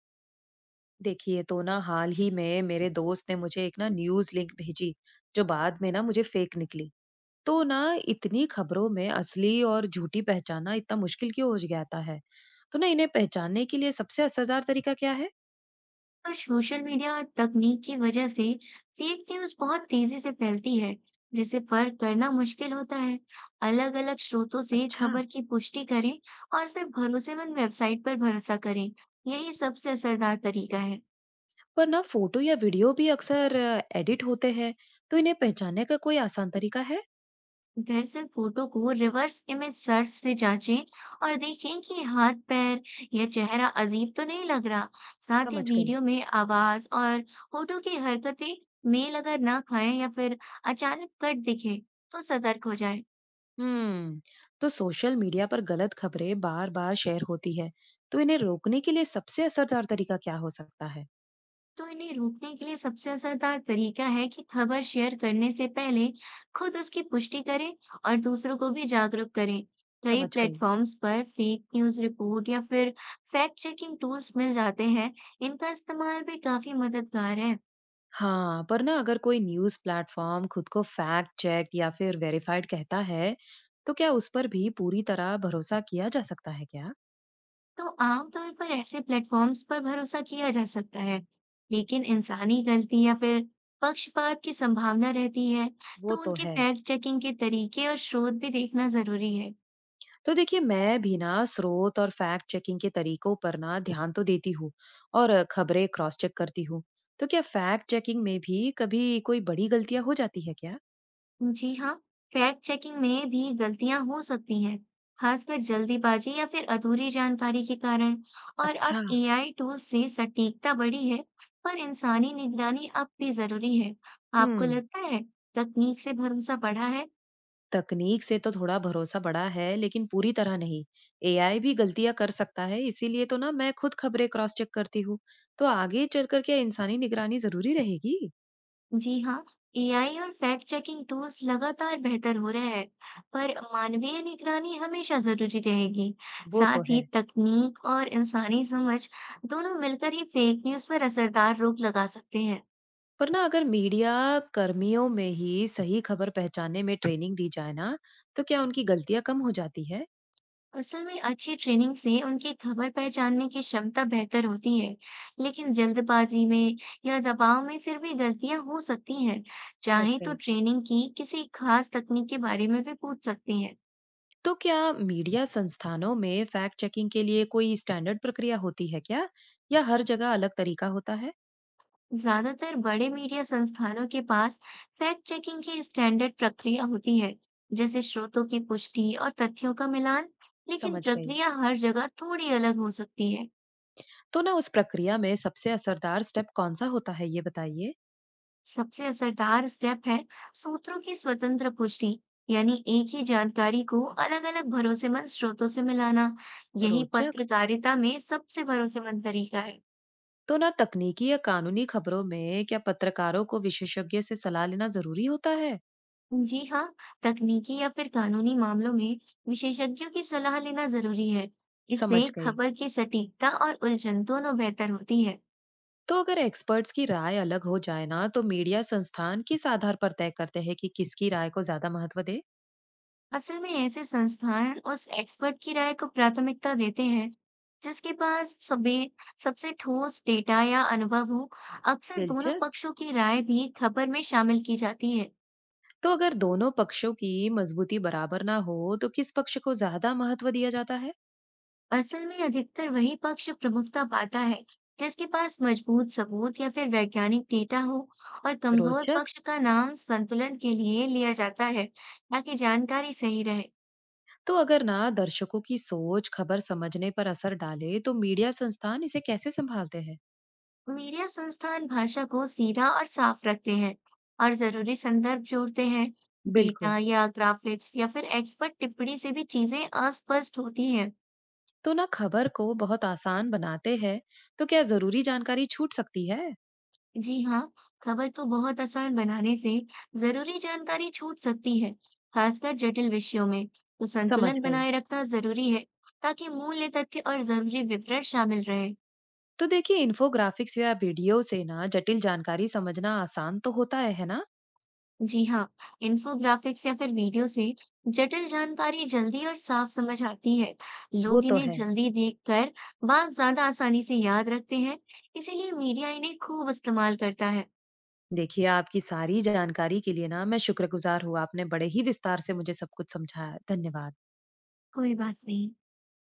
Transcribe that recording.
देखिए, तो ना हाल ही में मेरे दोस्त ने मुझे एक न्यूज़ लिंक भेजी, जो बाद में ना मुझे फेक निकली। तो ना इतनी खबरों में असली और झूठी पहचानना इतना मुश्किल क्यों हो जाता है? तो ना इन्हें पहचानने के लिए सबसे असरदार तरीका क्या है? तो सोशल मीडिया और तकनीक की वजह से फेक न्यूज बहुत तेजी से फैलती है, जिसे फर्क करना मुश्किल होता है। अलग-अलग स्रोतों से अच्छा। खबर की पुष्टि करें और सिर्फ भरोसेमंद वेबसाइट पर भरोसा करें। यही सबसे असरदार तरीका है। पर ना फोटो या वीडियो भी अक्सर एडिट होते हैं, तो इन्हें पहचानने का कोई आसान तरीका है? दरअसल फोटो को रिवर्स इमेज सर्च से जांचें और देखें कि हाथ पैर या चेहरा अजीब तो नहीं लग रहा। साथ ही समझ गई। वीडियो में आवाज और होठों की हरकतें मेल अगर ना खाएं या फिर अचानक कट दिखे तो सतर्क हो जाए। हम्म। तो सोशल मीडिया पर गलत खबरें बार बार शेयर होती है, तो इन्हें रोकने के लिए सबसे असरदार तरीका क्या हो सकता है? तो इन्हें रोकने के लिए सबसे असरदार तरीका है कि खबर शेयर करने से पहले खुद उसकी पुष्टि करें और दूसरों को भी जागरूक करें। कई समझ गई। प्लेटफॉर्म्स पर फेक न्यूज़ रिपोर्ट या फिर फैक्ट चेकिंग टूल्स मिल जाते हैं। इनका इस्तेमाल भी काफी मददगार है। हाँ, पर ना अगर कोई न्यूज़ प्लेटफ़ॉर्म खुद को फैक्ट चेक या फिर वेरिफाइड कहता है, तो क्या उस पर भी पूरी तरह भरोसा किया जा सकता है क्या? तो आमतौर पर ऐसे प्लेटफॉर्म्स पर भरोसा किया जा सकता है, लेकिन इंसानी गलती या फिर पक्षपात की संभावना रहती है, वो तो तो उनके है। फैक्ट चेकिंग के तरीके और स्रोत भी देखना जरूरी है। तो देखिए, मैं भी ना स्रोत और फैक्ट चेकिंग के तरीकों पर ना ध्यान तो देती हूँ और खबरें क्रॉस चेक करती हूँ। तो क्या फैक्ट चेकिंग में भी कभी कोई बड़ी गलतियां हो जाती है क्या? जी हाँ, फैक्ट चेकिंग में भी गलतियां हो सकती हैं, खासकर जल्दीबाजी या फिर अधूरी जानकारी के कारण। और अब अच्छा। एआई टूल से सटीकता बढ़ी है, पर इंसानी निगरानी अब भी जरूरी है। आपको हम्म। लगता है तकनीक से भरोसा बढ़ा है? तकनीक से तो थोड़ा भरोसा बढ़ा है, लेकिन पूरी तरह नहीं। एआई भी गलतियाँ कर सकता है, इसीलिए तो ना मैं खुद खबरें क्रॉस चेक करती हूँ। तो आगे चलकर क्या इंसानी निगरानी ज़रूरी रहेगी? जी हाँ, एआई और फैक्ट चेकिंग टूल्स लगातार बेहतर हो रहे हैं, पर मानवीय निगरानी हमेशा जरूरी रहेगी। वो तो साथ ही है। तकनीक और इंसानी समझ दोनों मिलकर ही फेक न्यूज़ पर असरदार रोक लगा सकते हैं। पर ना अगर मीडिया कर्मियों में ही सही खबर पहचानने में ट्रेनिंग दी जाए ना, तो क्या उनकी गलतियाँ कम हो जाती है? असल में अच्छी ट्रेनिंग से उनकी खबर पहचानने की क्षमता बेहतर होती है, लेकिन जल्दबाजी में या दबाव में फिर भी गलतियां हो सकती हैं। समझ चाहे तो गई। ट्रेनिंग की किसी खास तकनीक के बारे में भी पूछ सकते हैं। तो क्या मीडिया संस्थानों में फैक्ट चेकिंग के लिए कोई स्टैंडर्ड प्रक्रिया होती है क्या? या हर जगह अलग तरीका होता है? ज्यादातर बड़े मीडिया संस्थानों के पास फैक्ट चेकिंग की स्टैंडर्ड प्रक्रिया होती है, जैसे स्रोतों की पुष्टि और तथ्यों का मिलान, लेकिन समझ गई। प्रक्रिया हर जगह थोड़ी अलग हो सकती है। तो ना उस प्रक्रिया में सबसे असरदार स्टेप कौन सा होता है, ये बताइए। सबसे असरदार स्टेप है सूत्रों की स्वतंत्र पुष्टि, यानी एक ही जानकारी को अलग अलग भरोसेमंद स्रोतों से मिलाना। यही रोचक। पत्रकारिता में सबसे भरोसेमंद तरीका है। तो ना तकनीकी या कानूनी खबरों में क्या पत्रकारों को विशेषज्ञ से सलाह लेना जरूरी होता है? जी हाँ, तकनीकी या फिर कानूनी मामलों में विशेषज्ञों की सलाह लेना जरूरी है। समझ इससे गई। खबर की सटीकता और उलझन दोनों बेहतर होती है। तो अगर एक्सपर्ट्स की राय अलग हो जाए ना, तो मीडिया संस्थान किस आधार पर तय करते हैं कि किसकी राय को ज्यादा महत्व दे? असल में ऐसे संस्थान उस एक्सपर्ट की राय को प्राथमिकता देते हैं, जिसके पास सबे सबसे ठोस डेटा या अनुभव हो। अक्सर दोनों दिलचस्प। पक्षों की राय भी खबर में शामिल की जाती है। तो अगर दोनों पक्षों की मजबूती बराबर ना हो, तो किस पक्ष को ज्यादा महत्व दिया जाता है? असल में अधिकतर वही पक्ष प्रमुखता पाता है, जिसके पास मजबूत सबूत या फिर वैज्ञानिक डेटा हो, और कमजोर रोचक। पक्ष का नाम संतुलन के लिए लिया जाता है, ताकि जानकारी सही रहे। तो अगर ना दर्शकों की सोच खबर समझने पर असर डाले, तो मीडिया संस्थान इसे कैसे संभालते हैं? मीडिया संस्थान भाषा को सीधा और साफ रखते हैं और जरूरी संदर्भ जोड़ते हैं। बिल्कुल। डेटा या ग्राफिक्स या फिर एक्सपर्ट टिप्पणी से भी चीजें अस्पष्ट होती हैं। तो ना खबर को बहुत आसान बनाते हैं, तो क्या जरूरी जानकारी छूट सकती है? जी हाँ, खबर को बहुत आसान बनाने से जरूरी जानकारी छूट सकती है, खासकर जटिल विषयों में तो समझ संतुलन गई। बनाए रखना जरूरी है, ताकि मूल्य तथ्य और जरूरी विवरण शामिल रहे। तो देखिए, इन्फोग्राफिक्स या वीडियो से ना जटिल जानकारी समझना आसान तो होता है ना? जी हाँ, इन्फोग्राफिक्स या फिर वीडियो से जटिल जानकारी जल्दी और साफ समझ आती है। वो लोग तो इन्हें है। जल्दी देखकर बात ज्यादा आसानी से याद रखते हैं, इसीलिए मीडिया इन्हें खूब इस्तेमाल करता है। देखिए, आपकी सारी जानकारी के लिए ना मैं शुक्रगुजार हूँ। आपने बड़े ही विस्तार से मुझे सब कुछ समझाया। धन्यवाद। कोई बात नहीं।